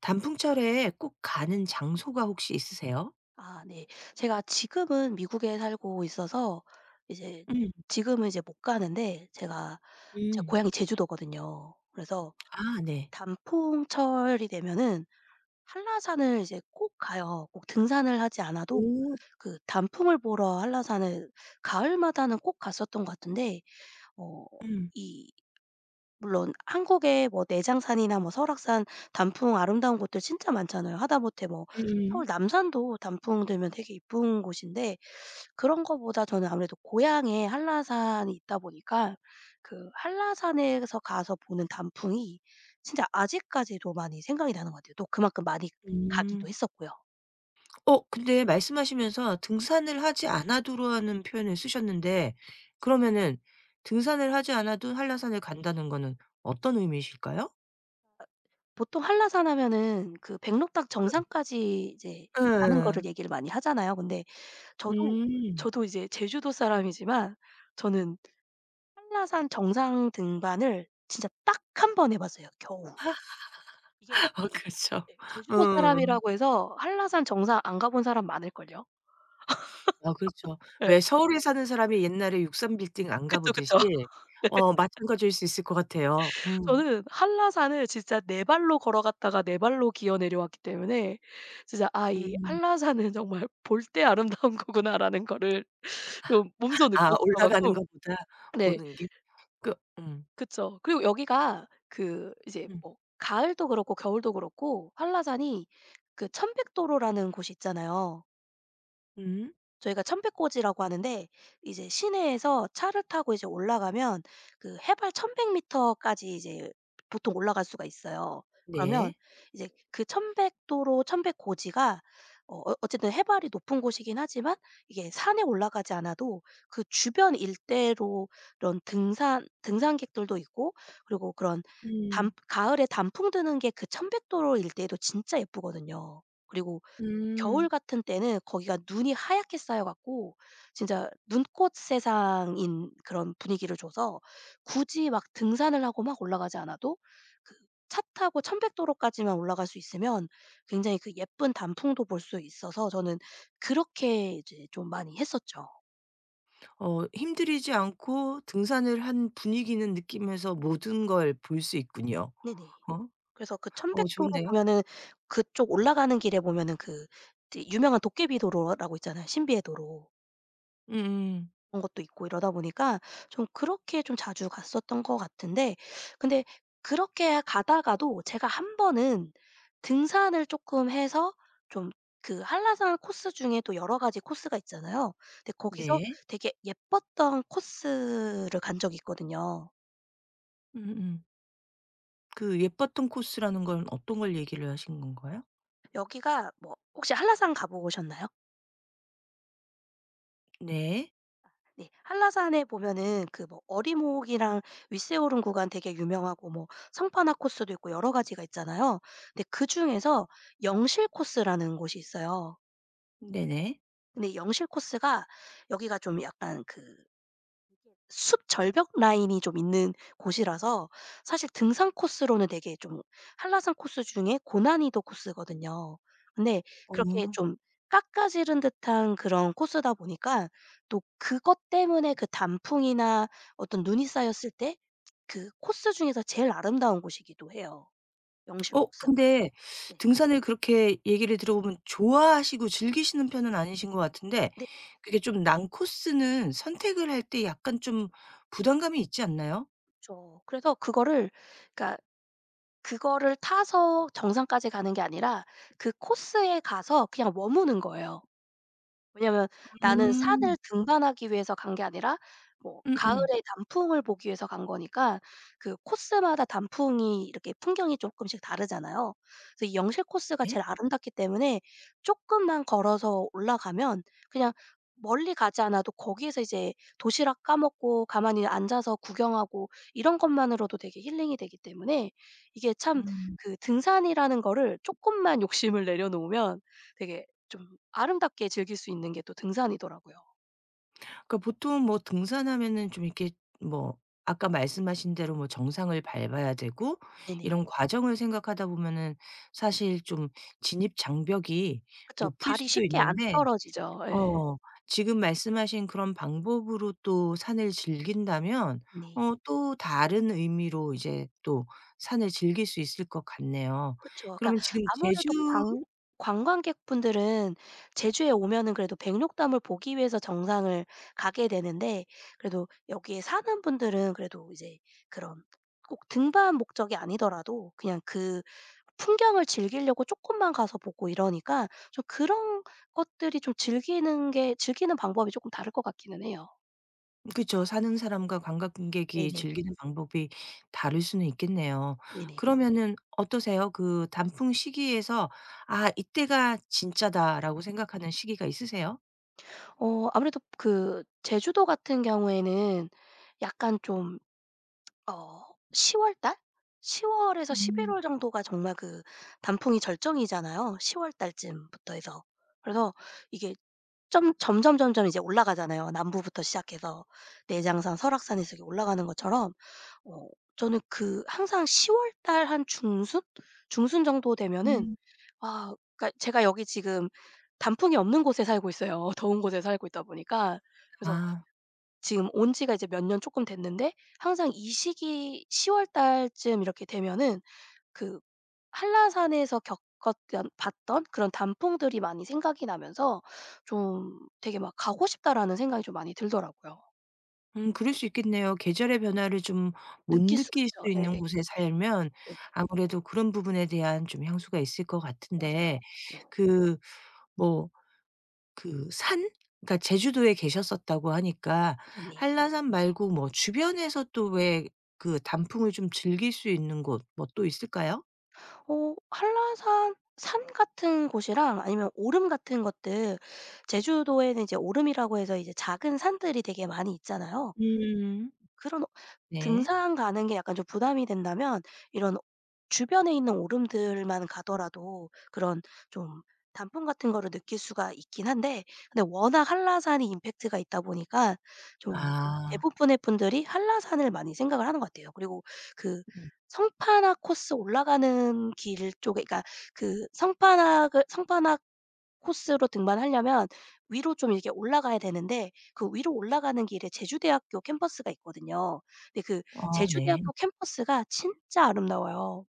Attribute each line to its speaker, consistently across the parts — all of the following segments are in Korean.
Speaker 1: 단풍철에 꼭 가는 장소가 혹시 있으세요?
Speaker 2: 아 네. 제가 지금은 미국에 살고 있어서 이제
Speaker 1: 음.
Speaker 2: 지금은 이제 못 가는데, 제가 제
Speaker 1: 음.
Speaker 2: 고향이 제주도거든요. 그래서
Speaker 1: 아, 네.
Speaker 2: 단풍철이 되면은 한라산을 이제 꼭 가요. 꼭 등산을 하지 않아도
Speaker 1: 오.
Speaker 2: 그 단풍을 보러 한라산을 가을마다는 꼭 갔었던 것 같은데, 어
Speaker 1: 음.
Speaker 2: 이 물론 한국에 뭐 내장산이나 뭐 설악산 단풍 아름다운 곳들 진짜 많잖아요. 하다못해 뭐 서울
Speaker 1: 음음.
Speaker 2: 남산도 단풍 들면 되게 이쁜 곳인데, 그런 거보다 저는 아무래도 고향에 한라산이 있다 보니까 그 한라산에서 가서 보는 단풍이 진짜 아직까지도 많이 생각이 나는 것 같아요. 또 그만큼 많이 가기도
Speaker 1: 음.
Speaker 2: 했었고요.
Speaker 1: 근데 말씀하시면서 등산을 하지 않아도라는 표현을 쓰셨는데 그러면은 등산을 하지 않아도 한라산을 간다는 거는 어떤 의미이실까요?
Speaker 2: 보통 한라산 하면은 그 백록당 정상까지 이제 가는 거를
Speaker 1: 예.
Speaker 2: 얘기를 많이 하잖아요. 근데 저도
Speaker 1: 음.
Speaker 2: 저도 이제 제주도 사람이지만, 저는 한라산 정상 등반을 진짜 딱 한 번 해 봤어요 겨우. 이게,
Speaker 1: 아, 그렇죠.
Speaker 2: 예. 제주도
Speaker 1: 어.
Speaker 2: 사람이라고 해서 한라산 정상 안 가본 사람 많을걸요?
Speaker 1: 아, 그렇죠.
Speaker 2: 예.
Speaker 1: 왜 서울에 사는 사람이 옛날에 육삼 빌딩 안 가
Speaker 2: 그쵸,
Speaker 1: 보듯이
Speaker 2: 그쵸. 네.
Speaker 1: 어 마찬가지일 수 있을 것 같아요. 음.
Speaker 2: 저는 한라산을 진짜 네 발로 걸어갔다가 네 발로 기어 내려왔기 때문에 진짜 '아 이
Speaker 1: 음.
Speaker 2: 한라산은 정말 볼 때 아름다운 거구나.'라는 거를 좀 몸소
Speaker 1: 아,
Speaker 2: 느꼈어
Speaker 1: 올라가는
Speaker 2: 갖고.
Speaker 1: 것보다
Speaker 2: 네.
Speaker 1: 보는 게 그.
Speaker 2: 그쵸. 그리고 여기가 그 이제
Speaker 1: 음.
Speaker 2: 뭐 가을도 그렇고 겨울도 그렇고 한라산이 그 천백도로라는 곳이 있잖아요.
Speaker 1: 음.
Speaker 2: 저희가 천백고지라고 하는데, 이제 시내에서 차를 타고 이제 올라가면 그 해발 천백미터 까지 이제 보통 올라갈 수가 있어요. 그러면
Speaker 1: 네.
Speaker 2: 이제 그 천백도로 천백고지가 어쨌든 해발이 높은 곳이긴 하지만 이게 산에 올라가지 않아도 그 주변 일대로 이런 등산객들도 있고, 그리고 그런, 단
Speaker 1: 음.
Speaker 2: 가을에 단풍 드는 게 그 천백도로 일대도 진짜 예쁘거든요. 그리고 겨울
Speaker 1: 음.
Speaker 2: 같은 때는 거기가 눈이 하얗게 쌓여 갖고 진짜 눈꽃 세상인 그런 분위기를 줘서 굳이 막 등산을 하고 막 올라가지 않아도 그 차 타고 천백도로까지만 올라갈 수 있으면 굉장히 그 예쁜 단풍도 볼 수 있어서 저는 그렇게 이제 좀 많이 했었죠.
Speaker 1: 힘들이지 않고 등산을 한 분위기는 느끼면서 모든 걸 볼 수 있군요.
Speaker 2: 네네.
Speaker 1: 어?
Speaker 2: 그래서 그
Speaker 1: 어,
Speaker 2: 천백도로
Speaker 1: 좋은데요?
Speaker 2: 보면은 그쪽 올라가는 길에 보면은 그 이제 유명한 도깨비 도로라고 있잖아요, 신비의 도로.
Speaker 1: 음음.
Speaker 2: 그런 것도 있고 이러다 보니까 좀 그렇게 좀 자주 갔었던 것 같은데, 근데 그렇게 가다가도 제가 한 번은 등산을 쪼끔 해서 좀, 그 한라산 코스 중에 또 여러 가지 코스가 있잖아요. 근데 거기서
Speaker 1: 네.
Speaker 2: 되게 예뻤던 코스를 간 적이 있거든요.
Speaker 1: 음음. 그 예뻤던 코스라는 건 어떤 걸 얘기를 하시는 건가요?
Speaker 2: 여기가 뭐 혹시 한라산 가 보셨나요?
Speaker 1: 네.
Speaker 2: 네. 한라산에 보면은 그 뭐 어리목이랑 윗세오름 구간 되게 유명하고, 뭐 성판화 코스도 있고 여러 가지가 있잖아요. 근데 그중에서 영실 코스라는 곳이 있어요.
Speaker 1: 네네.
Speaker 2: 근데 영실 코스가 여기가 좀 약간 그 숲 절벽 라인이 좀 있는 곳이라서 사실 등산 코스로는 되게 좀, 한라산 코스 중에 고난이도 코스거든요. 근데 그렇게
Speaker 1: 어.
Speaker 2: 좀 깎아지른 듯한 그런 코스다 보니까 또 그것 때문에 그 단풍이나 어떤 눈이 쌓였을 때 그 코스 중에서 제일 아름다운 곳이기도 해요, 영실 코스가.
Speaker 1: 근데
Speaker 2: 네.
Speaker 1: 등산을 그렇게 얘기를 들어보면 좋아하시고 즐기시는 편은 아니신 것 같은데
Speaker 2: 네
Speaker 1: 그게 좀 난 코스는 선택을 할 때 약간 좀 부담감이 있지 않나요?
Speaker 2: 그 그래서 그거를 그러니까 그거를 타서 정상까지 가는 게 아니라 그 코스에 가서 그냥 머무는 거예요. 왜냐면 나는
Speaker 1: 음.
Speaker 2: 산을 등반하기 위해서 간 게 아니라 뭐
Speaker 1: 음음.
Speaker 2: 가을에 단풍을 보기 위해서 간 거니까 그 코스마다 단풍이 이렇게 풍경이 쪼끔씩 다르잖아요. 그래서 이 영실 코스가
Speaker 1: 네.
Speaker 2: 제일 아름답기 때문에 쪼끔만 걸어서 올라가면 그냥 멀리 가지 않아도 거기에서 이제 도시락 까먹고 가만히 앉아서 구경하고 이런 것만으로도 되게 힐링이 되기 때문에, 이게 참
Speaker 1: 음.
Speaker 2: 그 등산이라는 거를 쪼끔만 욕심을 내려놓으면 되게 좀 아름답게 즐길 수 있는 게 또 등산이더라고요.
Speaker 1: 그러니까 보통 뭐 등산하면은 좀 이렇게 뭐 아까 말씀하신 대로 뭐 정상을 밟아야 되고
Speaker 2: 네네.
Speaker 1: 이런 과정을 생각하다 보면은 사실 좀 진입 장벽이
Speaker 2: 그쵸.
Speaker 1: 높을
Speaker 2: 발이
Speaker 1: 수도
Speaker 2: 쉽게 안
Speaker 1: 있는데
Speaker 2: 떨어지죠. 예.
Speaker 1: 어. 지금 말씀하신 그런 방법으로 또 산을 즐긴다면
Speaker 2: 네.
Speaker 1: 어 또 다른 의미로 이제 또 산을 즐길 수 있을 것 같네요.
Speaker 2: 그쵸. 그러니까
Speaker 1: 그러면 지금
Speaker 2: 아무래도
Speaker 1: 제주.
Speaker 2: 관 관광객분들은 제주에 오면은 그래도 백록담을 보기 위해서 정상을 가게 되는데, 그래도 여기에 사는 분들은 그래도 이제 그런 꼭 등반 목적이 아니더라도 그냥 그 풍경을 즐기려고 쪼끔만 가서 보고 이러니까, 좀 그런 것들이 좀 즐기는 방법이 쪼끔 다를 것 같기는 해요.
Speaker 1: 그쵸. 사는 사람과 관광객이
Speaker 2: 네네.
Speaker 1: 즐기는 방법이 다를 수는 있겠네요.
Speaker 2: 네네.
Speaker 1: 그러면은 어떠세요? 그 단풍 시기에서 '아, 이때가 진짜다.'라고 생각하는 시기가 있으세요?
Speaker 2: 아무래도 그 제주도 같은 경우에는 약간 좀, 어 10 월달? 10 월에서 11월 정도가 정말 그 단풍이 절정이잖아요. 10 월달쯤부터 해서. 그래서 이게 점 점점 점점 이제 올라가잖아요. 남부부터 시작해서 내장산, 설악산에서 이렇게 올라가는 것처럼, 어 저는 그 항상 10 월달 한 중순? 중순 정도 되면은,
Speaker 1: 음.
Speaker 2: 아 그러니까 제가 여기 지금 단풍이 없는 곳에 살고 있어요. 더운 곳에 살고 있다 보니까. 그래서
Speaker 1: 아.
Speaker 2: 지금 온 지가 이제 몇 년 쪼끔 됐는데 항상 이 시기 10월 달쯤 이렇게 되면은 그 한라산에서 겪었던 봤던 그런 단풍들이 많이 생각이 나면서 좀 되게 막 '가고 싶다.'라는 생각이 좀 많이 들더라고요.
Speaker 1: 음, 그럴 수 있겠네요. 계절의 변화를 좀 못
Speaker 2: 느낄 수가
Speaker 1: 느낄 수
Speaker 2: 있죠.
Speaker 1: 있는
Speaker 2: 예예.
Speaker 1: 곳에 살면
Speaker 2: 네.
Speaker 1: 아무래도 그런 부분에 대한 좀 향수가 있을 것
Speaker 2: 맞아요.
Speaker 1: 같은데
Speaker 2: 네.
Speaker 1: 그, 뭐, 그 산, 그러니까 제주도에 계셨었다고 하니까
Speaker 2: 네네.
Speaker 1: 한라산 말고 뭐 주변에서 또 왜 그 단풍을 좀 즐길 수 있는 곳 뭐 또 있을까요?
Speaker 2: 한라산 산 같은 곳이랑, 아니면 오름 같은 것들, 제주도에는 이제 오름이라고 해서 이제 작은 산들이 되게 많이 있잖아요.
Speaker 1: 음.
Speaker 2: 그런,
Speaker 1: 네.
Speaker 2: 등산 가는 게 약간 좀 부담이 된다면 이런 주변에 있는 오름들만 가더라도 그런 좀 단풍 같은 거를 느낄 수가 있긴 한데, 근데 워낙 한라산이 임팩트가 있다 보니까 좀
Speaker 1: 아.
Speaker 2: 대부분의 분들이 한라산을 많이 생각을 하는 것 같아요. 그리고 그
Speaker 1: 음.
Speaker 2: 성판악 코스 올라가는 길 쪽에, 그러니까 그 성판악 코스로 등반하려면 위로 좀 이렇게 올라가야 되는데 그 위로 올라가는 길에 제주대학교 캠퍼스가 있거든요. 근데 그
Speaker 1: 어, 네.
Speaker 2: 제주대학교 캠퍼스가 진짜 아름다워요.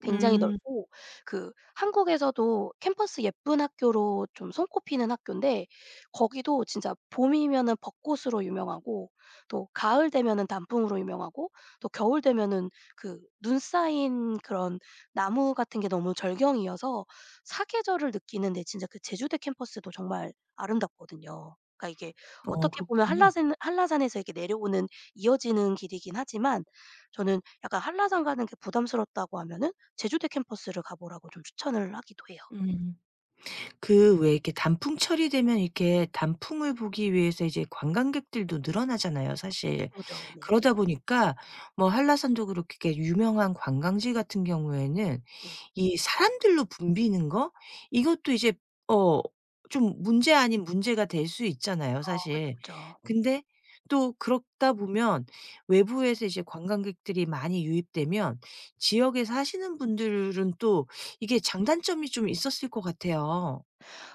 Speaker 2: 굉장히
Speaker 1: 음.
Speaker 2: 넓고 그 한국에서도 캠퍼스 예쁜 학교로 좀 손꼽히는 학교인데 거기도 진짜 봄이면은 벚꽃으로 유명하고 또 가을 되면은 단풍으로 유명하고 또 겨울 되면은 그 눈 쌓인 그런 나무 같은 게 너무 절경이어서, 사계절을 느끼는데 진짜 그 제주대 캠퍼스도 정말 아름답거든요. 그러니까 이게
Speaker 1: 어,
Speaker 2: 어떻게 보면
Speaker 1: 그렇군요.
Speaker 2: 한라산에서 이렇게 내려오는 이어지는 길이긴 하지만 저는 약간 한라산 가는 게 부담스럽다고 하면은 제주대 캠퍼스를 가 보라고 좀 추천을 하기도 해요.
Speaker 1: 음. 그 왜 이렇게 단풍철이 되면 이렇게 단풍을 보기 위해서 이제 관광객들도 늘어나잖아요, 사실.
Speaker 2: 그죠. 네네.
Speaker 1: 그러다 보니까 뭐 한라산도 그렇게 이렇게 유명한 관광지 같은 경우에는
Speaker 2: 네.
Speaker 1: 이 사람들로 붐비는 거 이것도 이제 어 좀 문제 아닌 문제가 될 수 있잖아요,
Speaker 2: 그쵸,
Speaker 1: 사실.
Speaker 2: 그쵸.
Speaker 1: 근데 또 그렇다 보면 외부에서 이제 관광객들이 많이 유입되면 지역에 사시는 분들은 또 이게 장단점이 좀 있었을 것 같아요.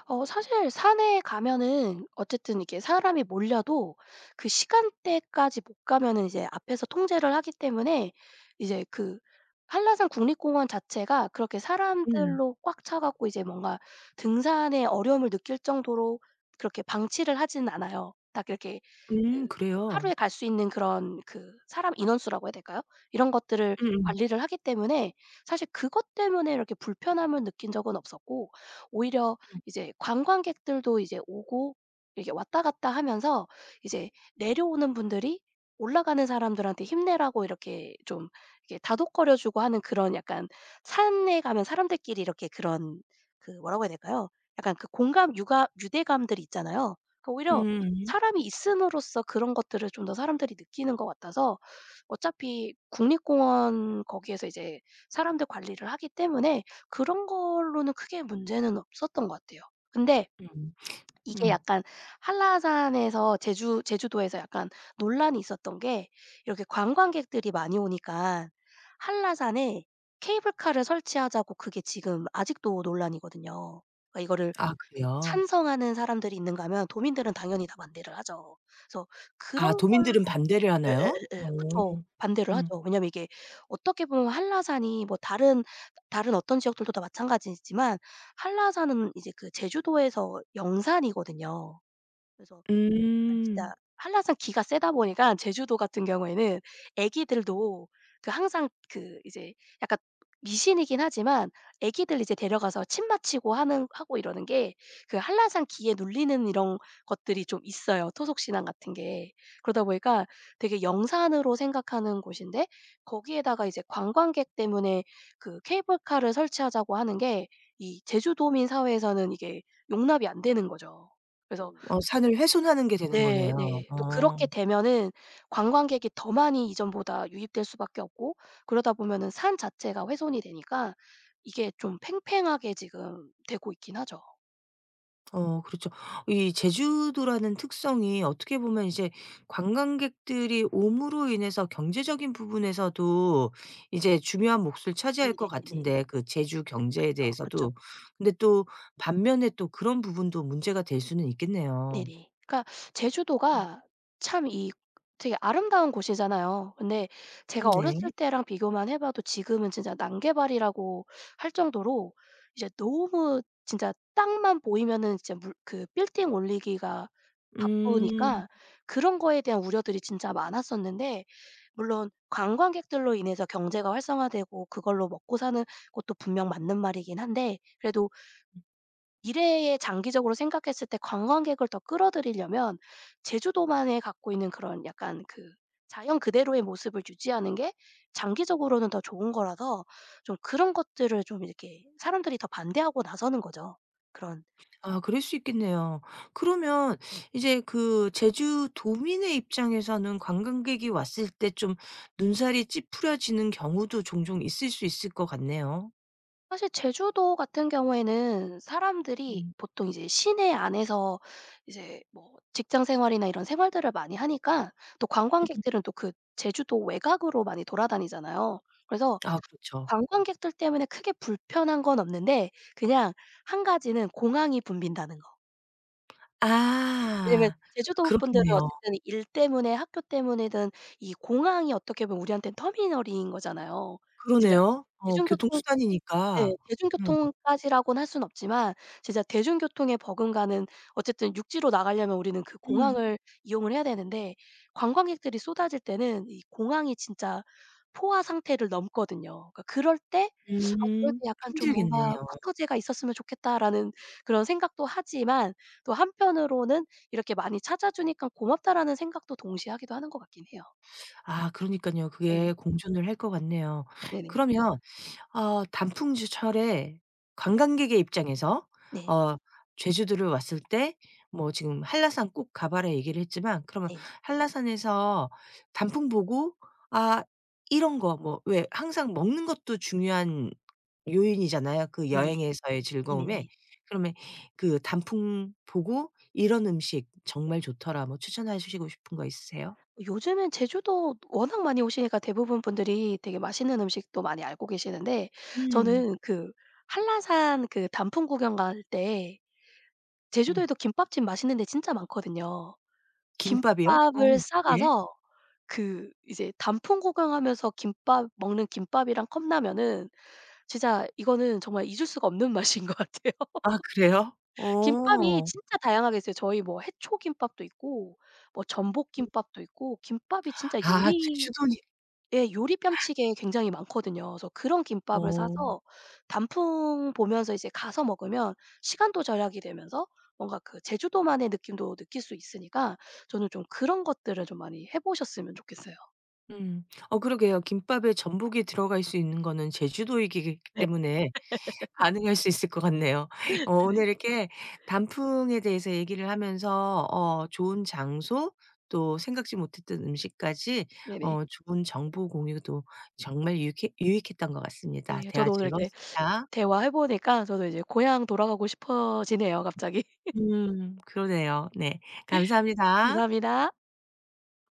Speaker 2: 사실 산에 가면은 어쨌든 이렇게 사람이 몰려도 그 시간대까지 못 가면은 이제 앞에서 통제를 하기 때문에, 이제 그 한라산 국립공원 자체가 그렇게
Speaker 1: 응
Speaker 2: 사람들로 꽉 차 갖고 이제 뭔가 등산에 어려움을 느낄 정도로 그렇게 방치를 하지는 않아요. 딱 이렇게, 그
Speaker 1: 그래요?
Speaker 2: 하루에 갈 수 있는 그런 그 사람 인원수라고 해야 될까요? 이런 것들을
Speaker 1: 음음.
Speaker 2: 관리를 하기 때문에 사실 그것 때문에 이렇게 불편함을 느낀 적은 없었고, 오히려
Speaker 1: 음.
Speaker 2: 이제 관광객들도 이제 오고 이렇게 왔다 갔다 하면서 이제 내려오는 분들이 올라가는 사람들한테 힘내라고 이렇게 좀 이렇게 다독거려 주고 하는, 그런 약간 산에 가면 사람들끼리 이렇게 그런 그 뭐라고 해야 될까요? 약간 그 공감, 유가 유대감들이 있잖아요. 그러니까 오히려
Speaker 1: 음.
Speaker 2: 사람이 있음으로써 그런 것들을 좀 더 사람들이 느끼는 것 같아서, 어차피 국립공원 거기에서 이제 사람들 관리를 하기 때문에 그런 걸로는 크게 문제는 없었던 것 같아요. 근데
Speaker 1: 음.
Speaker 2: 이게
Speaker 1: 음.
Speaker 2: 약간 한라산에서, 제주도에서 약간 논란이 있었던 게, 이렇게 관광객들이 많이 오니까 한라산에 케이블카를 설치하자고, 그게 지금 아직도 논란이거든요. 그러니까 이거를
Speaker 1: 아, 그래요?
Speaker 2: 찬성하는 사람들이 있는가 하면 도민들은 당연히 다 반대를 하죠. 그래서 그런
Speaker 1: 아,
Speaker 2: 걸.
Speaker 1: 도민들은 반대를 하나요? 어.
Speaker 2: 예예예예. 그쵸. 반대를
Speaker 1: 음.
Speaker 2: 하죠. 왜냐면 이게 어떻게 보면 한라산이, 뭐 다른 어떤 지역들도 다 마찬가지지만 한라산은 이제 그 제주도에서 영산이거든요. 그래서 아
Speaker 1: 음.
Speaker 2: 진짜 한라산 기가 세다 보니까 제주도 같은 경우에는 애기들도 그 항상 그 이제 약간 미신이긴 하지만 애기들 이제 데려가서 침 맞히고 하는 하고 이러는 게 그 한라산 기에 눌리는 이런 것들이 좀 있어요, 토속 신앙 같은 게. 그러다 보니까 되게 영산으로 생각하는 곳인데 거기에다가 이제 관광객 때문에 그 케이블카를 설치하자고 하는 게 이 제주도민 사회에서는 이게 용납이 안 되는 거죠. 그래서.
Speaker 1: 어, 산을 훼손하는 게 되는
Speaker 2: 네
Speaker 1: 거네요.
Speaker 2: 네. 또
Speaker 1: 어.
Speaker 2: 그렇게 되면은 관광객이 더 많이 이전보다 유입될 수밖에 없고 그러다 보면은 산 자체가 훼손이 되니까 이게 좀 팽팽하게 지금 되고 있긴 하죠.
Speaker 1: 어, 그렇죠. 이 제주도라는 특성이 어떻게 보면 이제 관광객들이 옴으로 인해서 경제적인 부분에서도 이제 중요한 몫을 차지할 것
Speaker 2: 네네네네.
Speaker 1: 같은데 그 제주 경제에
Speaker 2: 그쵸, 그쵸.
Speaker 1: 대해서도. 근데 또 반면에 또 그런 부분도 문제가 될 수는 있겠네요.
Speaker 2: 네네. 그러니까
Speaker 1: 음.
Speaker 2: 제주도가 참 이 되게 아름다운 곳이잖아요. 근데 제가
Speaker 1: 음, 네.
Speaker 2: 어렸을 때랑 비교만 해 봐도 지금은 진짜 난개발이라고 할 정도로 이제 너무, 진짜 땅만 보이면은 진짜 물 그 빌딩 올리기가
Speaker 1: 음.
Speaker 2: 바쁘니까 그런 거에 대한 우려들이 진짜 많았었는데, 물론 관광객들로 인해서 경제가 활성화되고 그걸로 먹고 사는 것도 분명 맞는 말이긴 한데, 그래도 미래에 장기적으로 생각했을 때 관광객을 더 끌어들이려면 제주도만에 갖고 있는 그런 약간 그 자연 그대로의 모습을 유지하는 게 장기적으로는 더 좋은 거라서 좀 그런 것들을 좀 이렇게 사람들이 더 반대하고 나서는 거죠. 그런.
Speaker 1: 아, 그럴 수 있겠네요. 그러면 이제 그 제주도민의 입장에서는 관광객이 왔을 때 좀 눈살이 찌푸려지는 경우도 종종 있을 수 있을 것 같네요.
Speaker 2: 사실 제주도 같은 경우에는 사람들이
Speaker 1: 음.
Speaker 2: 보통 이제 시내 안에서 이제 뭐 직장 생활이나 이런 생활들을 많이 하니까 또
Speaker 1: 음.
Speaker 2: 관광객들은 또 그 제주도 외곽으로 많이 돌아다니잖아요. 그래서
Speaker 1: 아, 그렇죠.
Speaker 2: 관광객들 때문에 크게 불편한 건 없는데 그냥 한 가지는 공항이 붐빈다는 거. 왜냐면
Speaker 1: 아,
Speaker 2: 제주도 분들은
Speaker 1: 그렇겠네요.
Speaker 2: 어쨌든 일 때문에 학교 때문이든 이 공항이 어떻게 보면 우리한테는 터미널인 거잖아요. 진짜
Speaker 1: 그러네요. 어,
Speaker 2: 대중교통. 네.
Speaker 1: 교통수단이니까. 음.
Speaker 2: 대중교통까지라고는 할 수는 없지만 진짜 대중교통에 버금가는, 어쨌든 육지로 나가려면 우리는 그
Speaker 1: 음.
Speaker 2: 공항을 이용을 해야 되는데 관광객들이 쏟아질 때는 이 공항이 진짜 포화 상태를 넘거든요. 그러니까 그럴 때 '아 그럴
Speaker 1: 음.
Speaker 2: 때 약간 좀 뭔가
Speaker 1: 힘들겠네요.
Speaker 2: 쿼터제가 있었으면 좋겠다.'라는 그런 생각도 하지만 또 한편으로는 이렇게 많이 찾아주니까 '고맙다.'라는 생각도 동시에 하기도 하는 것 같긴 해요.
Speaker 1: 아, 그러니까요,
Speaker 2: 예.
Speaker 1: 그게 공존을 할 것 같네요.
Speaker 2: 네네.
Speaker 1: 그러면 아 단풍지철에 관광객의 입장에서
Speaker 2: 네.
Speaker 1: 어 제주도를 왔을 때 뭐 지금 한라산 꼭 가 봐라 얘기를 했지만 그러면
Speaker 2: 네.
Speaker 1: 한라산에서 단풍 보고 아 이런 거 뭐 왜 항상 먹는 것도 중요한 요인이잖아요, 그
Speaker 2: 네네.
Speaker 1: 여행에서의 즐거움에.
Speaker 2: 네네네.
Speaker 1: 그러면 그 단풍 보고 '이런 음식 정말 좋더라.' 뭐 추천해 주시고 싶은 거 있으세요?
Speaker 2: 요즘엔 제주도 워낙 많이 오시니까 대부분 분들이 되게 맛있는 음식도 많이 알고 계시는데,
Speaker 1: 음.
Speaker 2: 저는 그 한라산 그 단풍 구경 갈 때,
Speaker 1: 음.
Speaker 2: 제주도에도 김밥집 맛있는 데 진짜 많거든요.
Speaker 1: 김밥이요? 어,
Speaker 2: 김밥을
Speaker 1: 네.
Speaker 2: 싸가서 그 이제 단풍 구경하면서 김밥 먹는, 김밥이랑 컵라면은 진짜 이거는 정말 잊을 수가 없는 맛인 것 같아요.
Speaker 1: 아, 그래요?
Speaker 2: 김밥이
Speaker 1: 어.
Speaker 2: 진짜 다양하게 있어요. 저희 뭐 해초김밥도 있고 뭐 전복김밥도 있고 김밥이 진짜
Speaker 1: 아,
Speaker 2: 요리.
Speaker 1: 제주도니.
Speaker 2: 예. 요리 뺨치게 굉장히 많거든요. 그래서 그런 김밥을
Speaker 1: 어.
Speaker 2: 사서 단풍 보면서 이제 가서 먹으면 시간도 절약이 되면서 뭔가 그 제주도만의 느낌도 느낄 수 있으니까 저는 좀 그런 것들을 좀 많이 해 보셨으면 좋겠어요.
Speaker 1: 음. 어, 그러게요. 김밥에 전복이 들어갈 수 있는 거는 제주도이기
Speaker 2: 네.
Speaker 1: 때문에 가능할 수 있을 것 같네요. 어 오늘 이렇게 단풍에 대해서 얘기를 하면서 어 좋은 장소 또 생각지 못했던 음식까지
Speaker 2: 네네.
Speaker 1: 어 좋은 정보 공유도 정말 유익해 유익했던 것 같습니다.
Speaker 2: 네.
Speaker 1: 대화
Speaker 2: 저도 오늘 이렇게
Speaker 1: 즐거웠습니다.
Speaker 2: 대화해 보니까 저도 이제 고향 돌아가고 싶어지네요 갑자기.
Speaker 1: 음, 그러네요. 네. 감사합니다.
Speaker 2: 감사합니다.